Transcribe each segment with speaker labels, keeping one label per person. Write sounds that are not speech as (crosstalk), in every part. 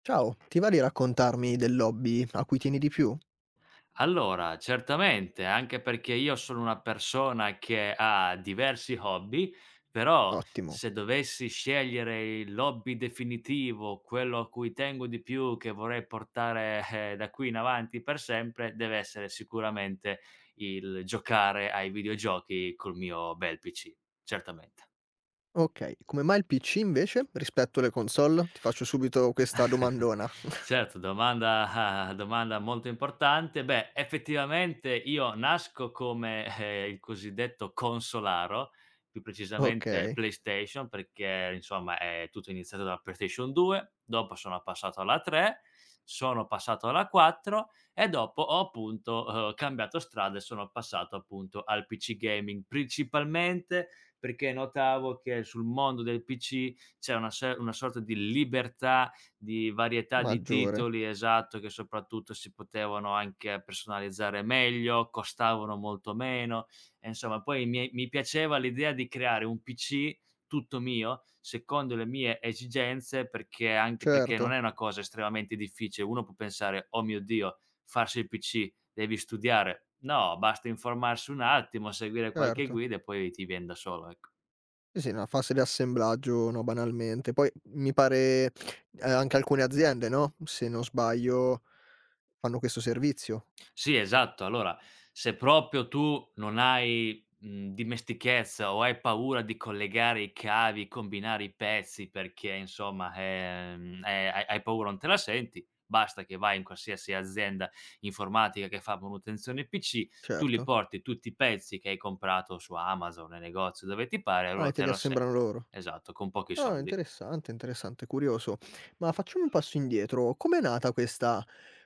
Speaker 1: Ciao, ti va di raccontarmi dell'hobby a cui tieni di più?
Speaker 2: Allora, certamente, anche perché io sono una persona che ha diversi hobby, però
Speaker 1: Ottimo.
Speaker 2: se dovessi scegliere il l'hobby definitivo, quello a cui tengo di più, che vorrei portare, da qui in avanti per sempre, deve essere sicuramente il giocare ai videogiochi col mio bel PC, certamente.
Speaker 1: Okay, come mai il PC invece rispetto alle console? Ti faccio subito questa
Speaker 2: (laughs)
Speaker 1: domandona. (laughs)
Speaker 2: Certo, domanda (laughs) domanda molto importante. Beh, effettivamente io nasco come, il cosiddetto consolaro, più precisamente
Speaker 1: Okay,
Speaker 2: PlayStation, perché insomma è tutto iniziato dalla PlayStation 2, dopo sono passato alla 3, sono passato alla 4 e dopo ho appunto, cambiato strada e sono passato appunto al PC gaming, principalmente perché notavo che sul mondo del PC c'è una se una sorta di libertà di varietà di
Speaker 1: maggiore.
Speaker 2: titoli esatto, che soprattutto si potevano anche personalizzare meglio, costavano molto meno e insomma poi mi piaceva l'idea di creare un PC tutto mio, secondo le mie esigenze, perché anche perché non
Speaker 1: Certo,
Speaker 2: è una cosa estremamente difficile. Uno può pensare: "Oh mio Dio, farsi il PC, devi studiare". No, basta informarsi un attimo, seguire qualche
Speaker 1: certo.
Speaker 2: guida e poi ti vien da solo. Ec
Speaker 1: Sì, sì, una fase di assemblaggio, no, banalmente. Poi mi pare, anche alcune aziende, no, se non sbaglio fanno questo servizio.
Speaker 2: Sì, esatto. Allora, se proprio tu non hai, dimestichezza o hai paura di collegare i cavi, combinare i pezzi perché insomma, hai paura, non te la senti, basta che vai in qualsiasi azienda informatica che fa manutenzione PC, tu li
Speaker 1: Certo.
Speaker 2: porti tutti i pezzi che hai comprato su Amazon, nei negozi, dove ti pare, e
Speaker 1: Ah, e
Speaker 2: loro
Speaker 1: te
Speaker 2: te
Speaker 1: li
Speaker 2: lo assemb
Speaker 1: assemblano loro.
Speaker 2: esatto, con pochi
Speaker 1: Ah,
Speaker 2: soldi.
Speaker 1: interessante, interessante, curioso. Ma facciamo un passo indietro. Com'è nata questa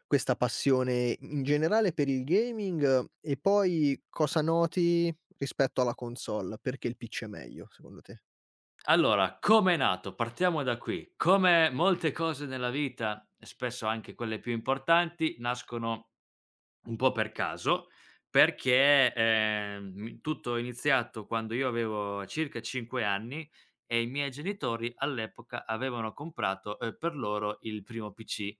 Speaker 1: questa passione in generale per il gaming e poi cosa noti rispetto alla console? Perché il PC è meglio secondo te?
Speaker 2: Allora, come è nato? Partiamo da qui. Come molte cose nella vita, e spesso anche quelle più importanti, nascono un po' per caso, perché, mi tutto è iniziato quando io avevo circa 5 anni e i miei genitori all'epoca avevano comprato, per loro il primo PC.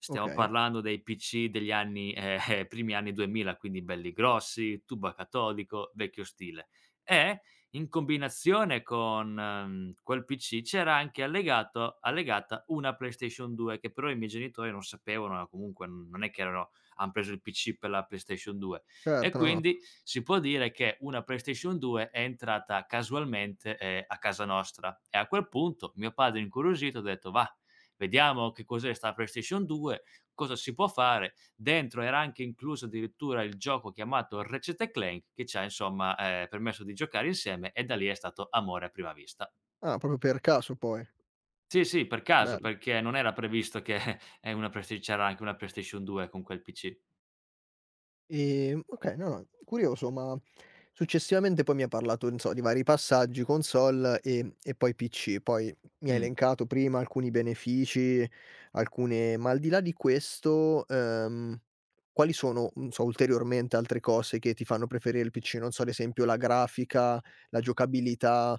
Speaker 2: Stiamo
Speaker 1: Okay,
Speaker 2: parlando dei PC degli anni (laughs) primi anni 2000, quindi belli grossi, tubo a catodico, vecchio stile. E in combinazione con, quel PC c'era anche allegato allegata una PlayStation 2 che però i miei genitori non sapevano, comunque non è che erano han preso il PC per la PlayStation 2 e
Speaker 1: certo, no, no.
Speaker 2: quindi si può dire che una PlayStation 2 è entrata casualmente, a casa nostra e a quel punto mio padre incuriosito ha detto: "Va, vediamo che cos'è sta PlayStation 2, cosa si può fare". Dentro era anche incluso addirittura il gioco chiamato Ratchet& and Clank che ci ha insomma, permesso di giocare insieme e da lì è stato amore a prima vista.
Speaker 1: Ah, proprio per caso poi,
Speaker 2: Sì, sì, per caso,
Speaker 1: bello.
Speaker 2: perché non era previsto che, (laughs) una Playsta c'era anche una PlayStation 2 con quel PC.
Speaker 1: Okay, no, no, curioso, ma successivamente poi mi ha parlato, non so, di vari passaggi, console e poi PC. Poi mi ha
Speaker 2: Mh.
Speaker 1: elencato prima alcuni benefici, alcune ma al di là di questo, quali sono, non so, ulteriormente altre cose che ti fanno preferire il PC? Non so, ad esempio la grafica, la giocabilità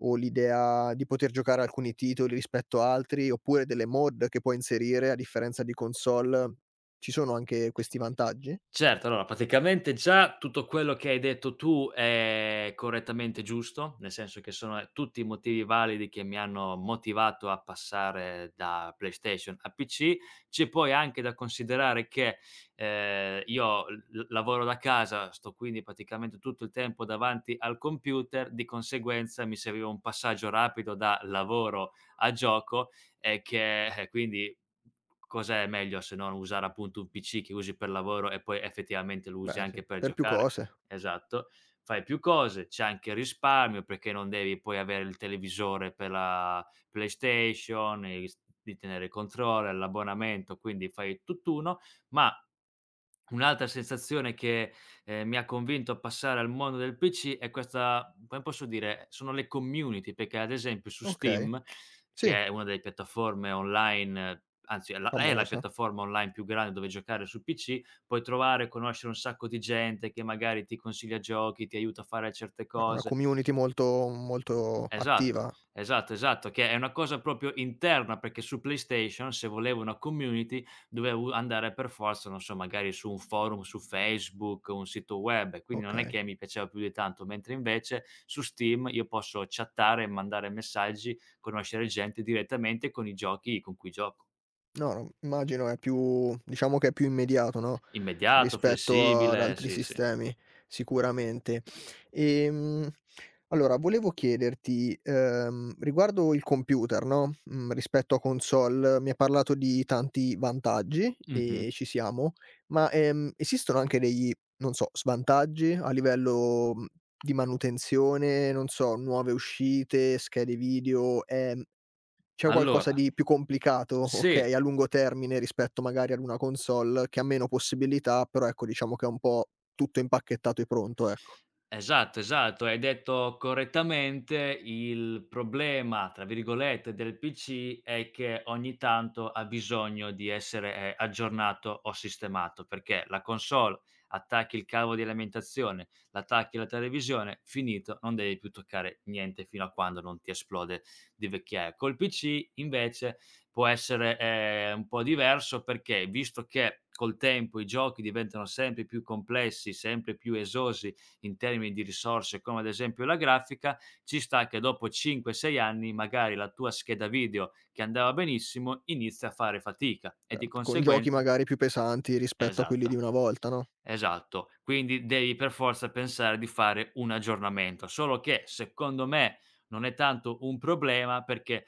Speaker 1: o l'idea di poter giocare alcuni titoli rispetto a altri, oppure delle mod che puoi inserire a differenza di console. Ci sono anche questi vantaggi?
Speaker 2: Certo, allora praticamente già tutto quello che hai detto tu è correttamente giusto, nel senso che sono, tutti i motivi validi che mi hanno motivato a passare da PlayStation a PC. C'è poi anche da considerare che, io l lavoro da casa, sto quindi praticamente tutto il tempo davanti al computer, di conseguenza mi serviva un passaggio rapido da lavoro a gioco e che quindi cos'è meglio se non usare appunto un PC che usi per lavoro e poi effettivamente lo usi
Speaker 1: Beh sì,
Speaker 2: anche per
Speaker 1: per più
Speaker 2: giocare?
Speaker 1: cose.
Speaker 2: Esatto. Fai più cose, c'è anche risparmio perché non devi poi avere il televisore per la PlayStation, di tenere il controller, l'abbonamento, quindi fai tutt'uno, ma un'altra sensazione che, mi ha convinto a passare al mondo del PC è questa come posso dire, sono le community, perché ad esempio su
Speaker 1: Okay.
Speaker 2: Steam,
Speaker 1: Sì,
Speaker 2: che è una delle piattaforme online anzi è la
Speaker 1: famosa.
Speaker 2: piattaforma online più grande dove giocare sul PC, puoi trovare e conoscere un sacco di gente che magari ti consiglia giochi, ti aiuta a fare certe
Speaker 1: È una
Speaker 2: cose.
Speaker 1: community molto molto
Speaker 2: Esatto,
Speaker 1: attiva.
Speaker 2: esatto, esatto, che è una cosa proprio interna, perché su PlayStation se volevo una community dovevo andare per forza, non so, magari su un forum, su Facebook, un sito web, quindi non è
Speaker 1: Okay.
Speaker 2: che mi piaceva più di tanto, mentre invece su Steam io posso chattare, mandare messaggi, conoscere gente direttamente con i giochi con cui gioco.
Speaker 1: No, no, immagino è più diciamo che è più immediato, no,
Speaker 2: Immediato,
Speaker 1: rispetto ad
Speaker 2: flessibile,
Speaker 1: altri
Speaker 2: sì, sì.
Speaker 1: sistemi, sicuramente. Ehm, allora volevo chiederti, riguardo il computer, no, mhmm, rispetto a console, mi hai parlato di tanti vantaggi
Speaker 2: Mh-mh.
Speaker 1: e ci siamo, ma, esistono anche degli, non so, svantaggi a livello, mhmm, di manutenzione, non so, nuove uscite, schede video, c'è qualcosa
Speaker 2: Allora,
Speaker 1: di più complicato,
Speaker 2: se
Speaker 1: okay, a lungo termine rispetto magari ad una console che ha meno possibilità, però ecco diciamo che è un po' tutto impacchettato e pronto, ecco.
Speaker 2: esatto, esatto. Hai detto correttamente, il problema, tra virgolette, del PC è che ogni tanto ha bisogno di essere, aggiornato o sistemato, perché la console attacchi il cavo di alimentazione, l'attacchi alla televisione, finito, non devi più toccare niente fino a quando non ti esplode di vecchiaia. Col PC invece può essere, un po' diverso perché, visto che col tempo i giochi diventano sempre più complessi, sempre più esosi in termini di risorse, come ad esempio la grafica, ci sta che dopo 5-6 anni magari la tua scheda video che andava benissimo inizia a fare fatica e di
Speaker 1: Certo, con giochi
Speaker 2: conseguenza
Speaker 1: magari più pesanti rispetto a quelli di
Speaker 2: esatto.
Speaker 1: una volta, no?
Speaker 2: Esatto, quindi devi per forza pensare di fare un aggiornamento, solo che secondo me non è tanto un problema perché,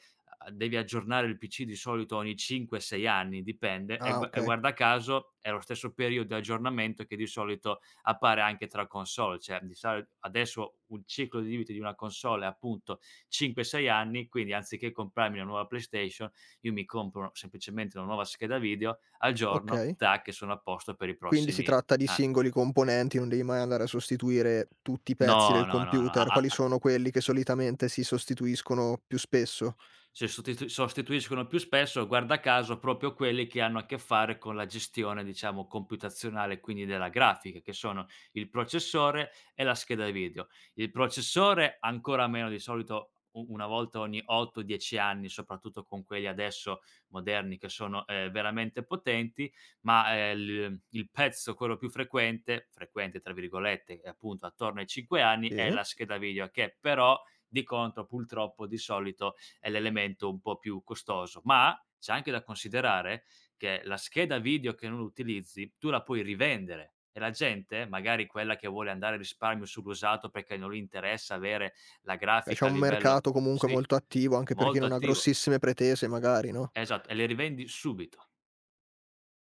Speaker 2: devi aggiornare il PC di solito ogni 5, 6 anni, dipende, e
Speaker 1: Ah okay,
Speaker 2: guarda caso è lo stesso periodo di aggiornamento che di solito appare anche tra console, cioè di soli adesso un ciclo di vita di una console è appunto 5, 6 anni, quindi anziché comprarmi una nuova PlayStation, io mi compro semplicemente una nuova scheda video, aggiorno,
Speaker 1: okay.
Speaker 2: tac e sono a posto per i
Speaker 1: Quindi si
Speaker 2: prossimi.
Speaker 1: tratta di
Speaker 2: Ah.
Speaker 1: singoli componenti, non devi mai andare a sostituire tutti i pezzi
Speaker 2: No,
Speaker 1: del
Speaker 2: no, no, no. A
Speaker 1: computer.
Speaker 2: a
Speaker 1: Quali
Speaker 2: a
Speaker 1: sono quelli che solitamente si sostituiscono più spesso?
Speaker 2: si sostituiscono più spesso, guarda caso, proprio quelli che hanno a che fare con la gestione, diciamo, computazionale, quindi della grafica, che sono il processore e la scheda video. Il processore ancora meno, di solito u una volta ogni 8, 10 anni, soprattutto con quelli adesso moderni che sono, veramente potenti, ma, il pezzo, quello più frequente "frequente" tra virgolette, è appunto attorno ai 5 anni, è
Speaker 1: Sì.
Speaker 2: la scheda video che però, di contro, purtroppo, di solito è l'elemento un po' più costoso, ma c'è anche da considerare che la scheda video che non utilizzi tu la puoi rivendere e la gente, magari quella che vuole andare a risparmio sull'usato perché non gli interessa avere la
Speaker 1: Beh, c'è
Speaker 2: grafica a
Speaker 1: un
Speaker 2: livello
Speaker 1: mercato comunque
Speaker 2: sì,
Speaker 1: molto attivo anche per chi
Speaker 2: molto
Speaker 1: non ha
Speaker 2: attivo.
Speaker 1: grossissime pretese magari, no?
Speaker 2: Esatto, e le rivendi subito.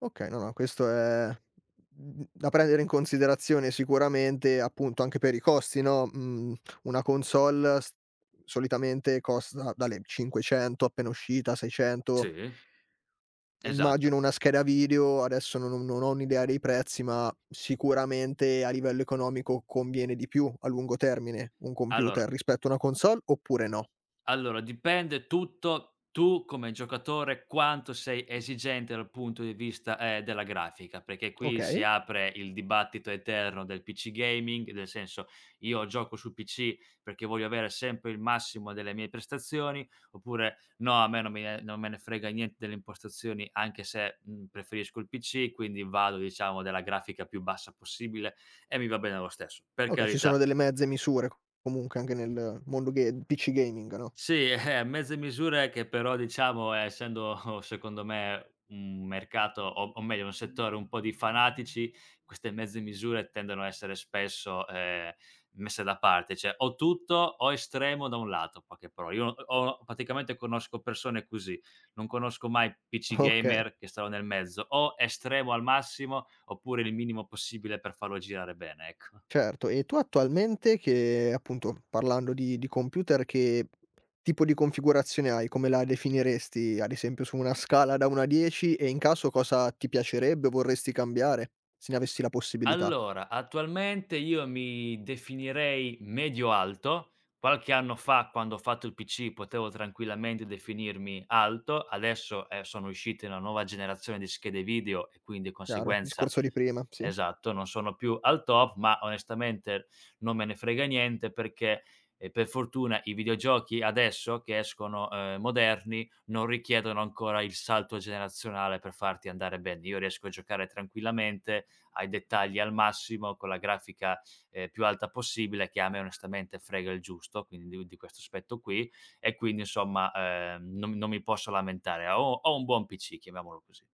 Speaker 1: Okay, no, no, questo è mhmm, da prendere in considerazione sicuramente, appunto, anche per i costi, no, mhmm, una console s solitamente costa dalle 500 appena uscita, 600.
Speaker 2: Sì, esatto.
Speaker 1: Immagino una scheda video, adesso non ho un'idea dei prezzi, ma sicuramente a livello economico conviene di più a lungo termine un
Speaker 2: Allora
Speaker 1: computer rispetto a una console oppure no?
Speaker 2: Allora, dipende tutto tu come giocatore quanto sei esigente dal punto di vista, della grafica, perché qui si
Speaker 1: Okay,
Speaker 2: apre il dibattito eterno del PC gaming, nel senso: "Io gioco su PC perché voglio avere sempre il massimo delle mie prestazioni", oppure: "No, a me non me ne frega niente delle impostazioni anche se, preferisco il PC, quindi vado diciamo della grafica più bassa possibile e mi va bene lo stesso", per
Speaker 1: okay, ci sono
Speaker 2: carità.
Speaker 1: delle mezze misure comunque anche nel mondo ga PC gaming, no?
Speaker 2: Sì, mezze misure che però diciamo, essendo (laughs) secondo me un mercato o meglio un settore un po' di fanatici, queste mezze misure tendono a essere spesso, messe da parte, cioè o tutto o estremo da un lato, in poche parole. Io ho praticamente conosco persone così, non conosco mai PC
Speaker 1: (laughs) Okay.
Speaker 2: gamer che stanno nel mezzo, o estremo al massimo oppure il minimo possibile per farlo girare bene, ecco.
Speaker 1: Certo, e tu attualmente che appunto parlando di computer, che tipo di configurazione hai? Come la definiresti, ad esempio, su una scala da 1 a 10 e in caso cosa ti piacerebbe o vorresti cambiare, se ne avessi la possibilità?
Speaker 2: Allora, attualmente io mi definirei medio alto. Qualche anno fa, quando ho fatto il PC, potevo tranquillamente definirmi alto. Adesso, sono uscite una nuova generazione di schede video e quindi, di
Speaker 1: Chiaro, il
Speaker 2: conseguenza,
Speaker 1: discorso di prima, sì.
Speaker 2: esatto, non sono più al top, ma onestamente non me ne frega niente perché, per fortuna i videogiochi adesso che escono, moderni, non richiedono ancora il salto generazionale per farti andare bene. Io riesco a giocare tranquillamente, ai dettagli al massimo, con la grafica, più alta possibile, che a me onestamente frega il giusto, quindi di questo aspetto qui, e quindi insomma, non mi posso lamentare. Ho un buon PC, chiamiamolo così.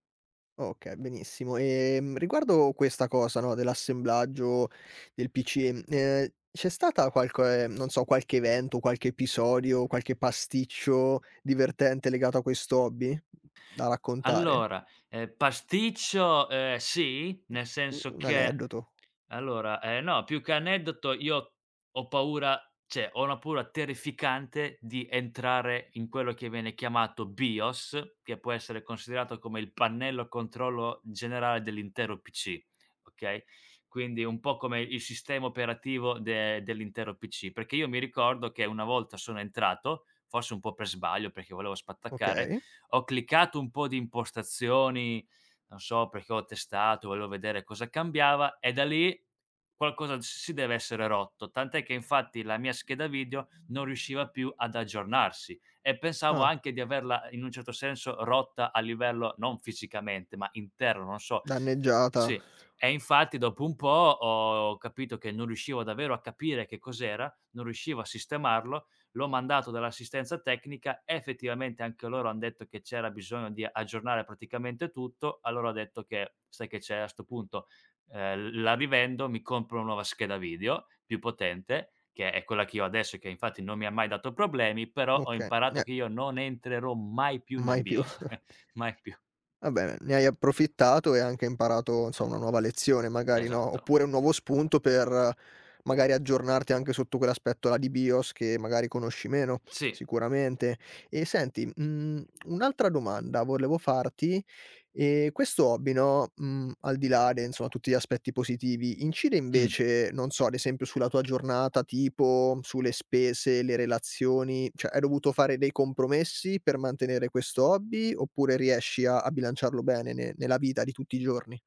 Speaker 1: Okay, benissimo. Riguardo questa cosa, no, dell'assemblaggio del PC, c'è stata qualche non so, qualche evento, qualche episodio, qualche pasticcio divertente legato a questo hobby da raccontare?
Speaker 2: Allora, pasticcio, sì, nel
Speaker 1: U
Speaker 2: senso
Speaker 1: un
Speaker 2: che
Speaker 1: aneddoto,
Speaker 2: allora, no, più che aneddoto io ho paura, cioè, ho una paura terrificante di entrare in quello che viene chiamato BIOS, che può essere considerato come il pannello controllo generale dell'intero PC, okay, quindi un po' come il sistema operativo de dell'intero PC, perché io mi ricordo che una volta sono entrato, forse un po' per sbaglio perché volevo spattaccare,
Speaker 1: okay.
Speaker 2: ho cliccato un po' di impostazioni, non so perché ho testato, volevo vedere cosa cambiava e da lì qualcosa s si deve essere rotto, tant'è che infatti la mia scheda video non riusciva più ad aggiornarsi e pensavo
Speaker 1: Ah,
Speaker 2: anche di averla in un certo senso rotta a livello non fisicamente, ma interno, non so.
Speaker 1: danneggiata,
Speaker 2: Sì. E infatti dopo un po' ho capito che non riuscivo davvero a capire che cos'era, non riuscivo a sistemarlo. L'ho mandato dall'assistenza tecnica, effettivamente anche loro han detto che c'era bisogno di aggiornare praticamente tutto, allora ho detto che: "Sai che c'è, a 'sto punto, la rivendo, mi compro una nuova scheda video più potente", che è quella che io ho adesso e che infatti non mi ha mai dato problemi, però ho
Speaker 1: okay,
Speaker 2: imparato
Speaker 1: ne
Speaker 2: che io non entrerò mai più nel
Speaker 1: mai più.
Speaker 2: BIOS. (laughs)
Speaker 1: (laughs)
Speaker 2: Mai più.
Speaker 1: Vabbè, ne hai approfittato e anche imparato, insomma, una nuova lezione magari, no,
Speaker 2: Esatto.
Speaker 1: oppure un nuovo spunto per magari aggiornarti anche sotto quell'aspetto là di BIOS che magari conosci meno,
Speaker 2: Sì.
Speaker 1: sicuramente. E senti, mhmm, un'altra domanda volevo farti E questo hobby, no, mhmm, al di là de insomma, tutti gli aspetti positivi, incide
Speaker 2: Mh.
Speaker 1: invece, non so, ad esempio sulla tua giornata tipo, sulle spese, le relazioni, cioè hai dovuto fare dei compromessi per mantenere questo hobby, oppure riesci a bilanciarlo bene ne nella vita di tutti i giorni?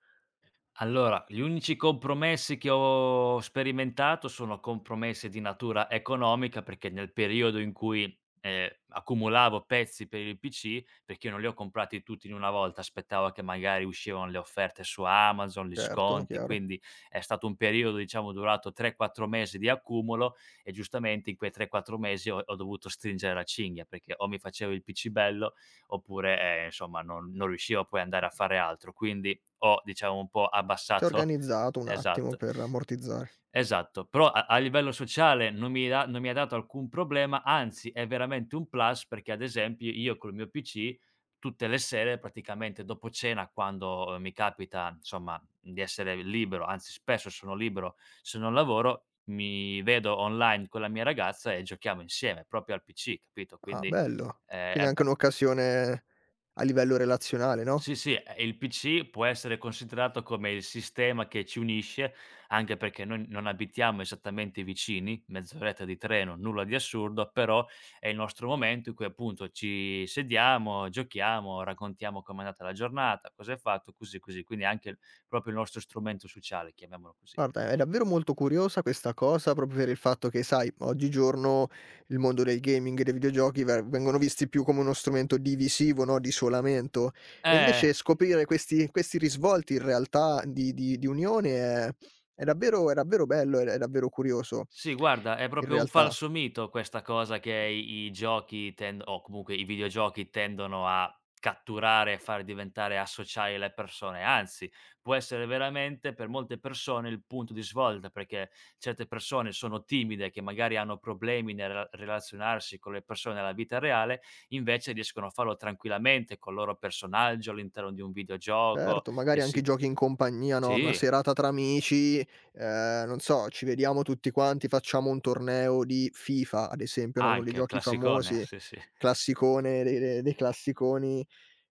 Speaker 2: Allora, gli unici compromessi che ho sperimentato sono compromessi di natura economica, perché nel periodo in cui, accumulavo pezzi per il PC, perché io non li ho comprati tutti in una volta, aspettavo che magari uscivano le offerte su Amazon, gli
Speaker 1: Certo,
Speaker 2: sconti,
Speaker 1: chiaro.
Speaker 2: quindi è stato un periodo, diciamo, durato 3, 4 mesi di accumulo e giustamente in quei 3, 4 mesi ho dovuto stringere la cinghia, perché o mi facevo il PC bello oppure, insomma non riuscivo poi ad andare a fare altro. Quindi ho diciamo un po'
Speaker 1: Sei
Speaker 2: abbassato.
Speaker 1: organizzato
Speaker 2: (laughs)
Speaker 1: un attimo
Speaker 2: Esatto,
Speaker 1: per ammortizzare.
Speaker 2: esatto. Però a livello sociale non mi ha dato alcun problema, anzi è veramente un plus perché ad esempio io col mio PC tutte le sere praticamente dopo cena quando mi capita insomma di essere libero, anzi spesso sono libero se non lavoro, mi vedo online con la mia ragazza e giochiamo insieme proprio al PC, capito?
Speaker 1: Ah,
Speaker 2: Quindi,
Speaker 1: bello. Quindi anche
Speaker 2: è
Speaker 1: un'occasione a livello relazionale, no?
Speaker 2: sì, sì, e il PC può essere considerato come il sistema che ci unisce, anche perché noi non abitiamo esattamente vicini, mezz'oretta di treno, nulla di assurdo, però è il nostro momento in cui appunto ci sediamo, giochiamo, raccontiamo com'è andata la giornata, cosa hai fatto, così, così. Quindi è anche proprio il nostro strumento sociale, chiamiamolo così.
Speaker 1: Guarda, è davvero molto curiosa questa cosa, proprio per il fatto che, sai, oggigiorno il mondo del gaming e dei videogiochi ver- vengono visti più come uno strumento divisivo, no? Di isolamento. E
Speaker 2: Eh.
Speaker 1: invece scoprire questi, questi risvolti in realtà di unione è davvero bello, è davvero curioso.
Speaker 2: Sì, guarda, è
Speaker 1: In
Speaker 2: proprio un
Speaker 1: realtà,
Speaker 2: falso mito questa cosa che i giochi tend o comunque i videogiochi tendono a catturare e far diventare associare le persone, anzi, può essere veramente per molte persone il punto di svolta, perché certe persone sono timide, che magari hanno problemi nel relazionarsi con le persone nella vita reale, invece riescono a farlo tranquillamente col loro personaggio all'interno di un videogioco.
Speaker 1: certo, magari
Speaker 2: Che
Speaker 1: anche i
Speaker 2: si
Speaker 1: giochi in compagnia, no? Una
Speaker 2: Sì,
Speaker 1: serata tra amici, non so, ci vediamo tutti quanti, facciamo un torneo di FIFA, ad esempio, no? Uno dei
Speaker 2: anche,
Speaker 1: giochi
Speaker 2: classicone,
Speaker 1: famosi
Speaker 2: sì, sì.
Speaker 1: Classicone dei de dei classiconi,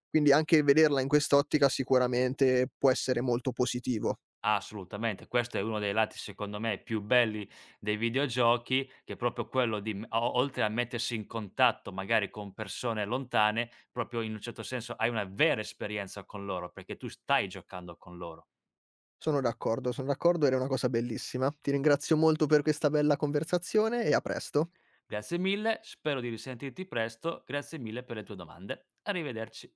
Speaker 1: quindi anche vederla in quest'ottica sicuramente può essere molto positivo.
Speaker 2: Assolutamente, questo è uno dei lati secondo me più belli dei videogiochi, che è proprio quello di m o oltre a mettersi in contatto magari con persone lontane, proprio in un certo senso hai una vera esperienza con loro, perché tu stai giocando con loro.
Speaker 1: Sono d'accordo, son d'accordo, era una cosa bellissima. Ti ringrazio molto per questa bella conversazione e a presto.
Speaker 2: Grazie mille, spero di risentirti presto, grazie mille per le tue domande. Arrivederci.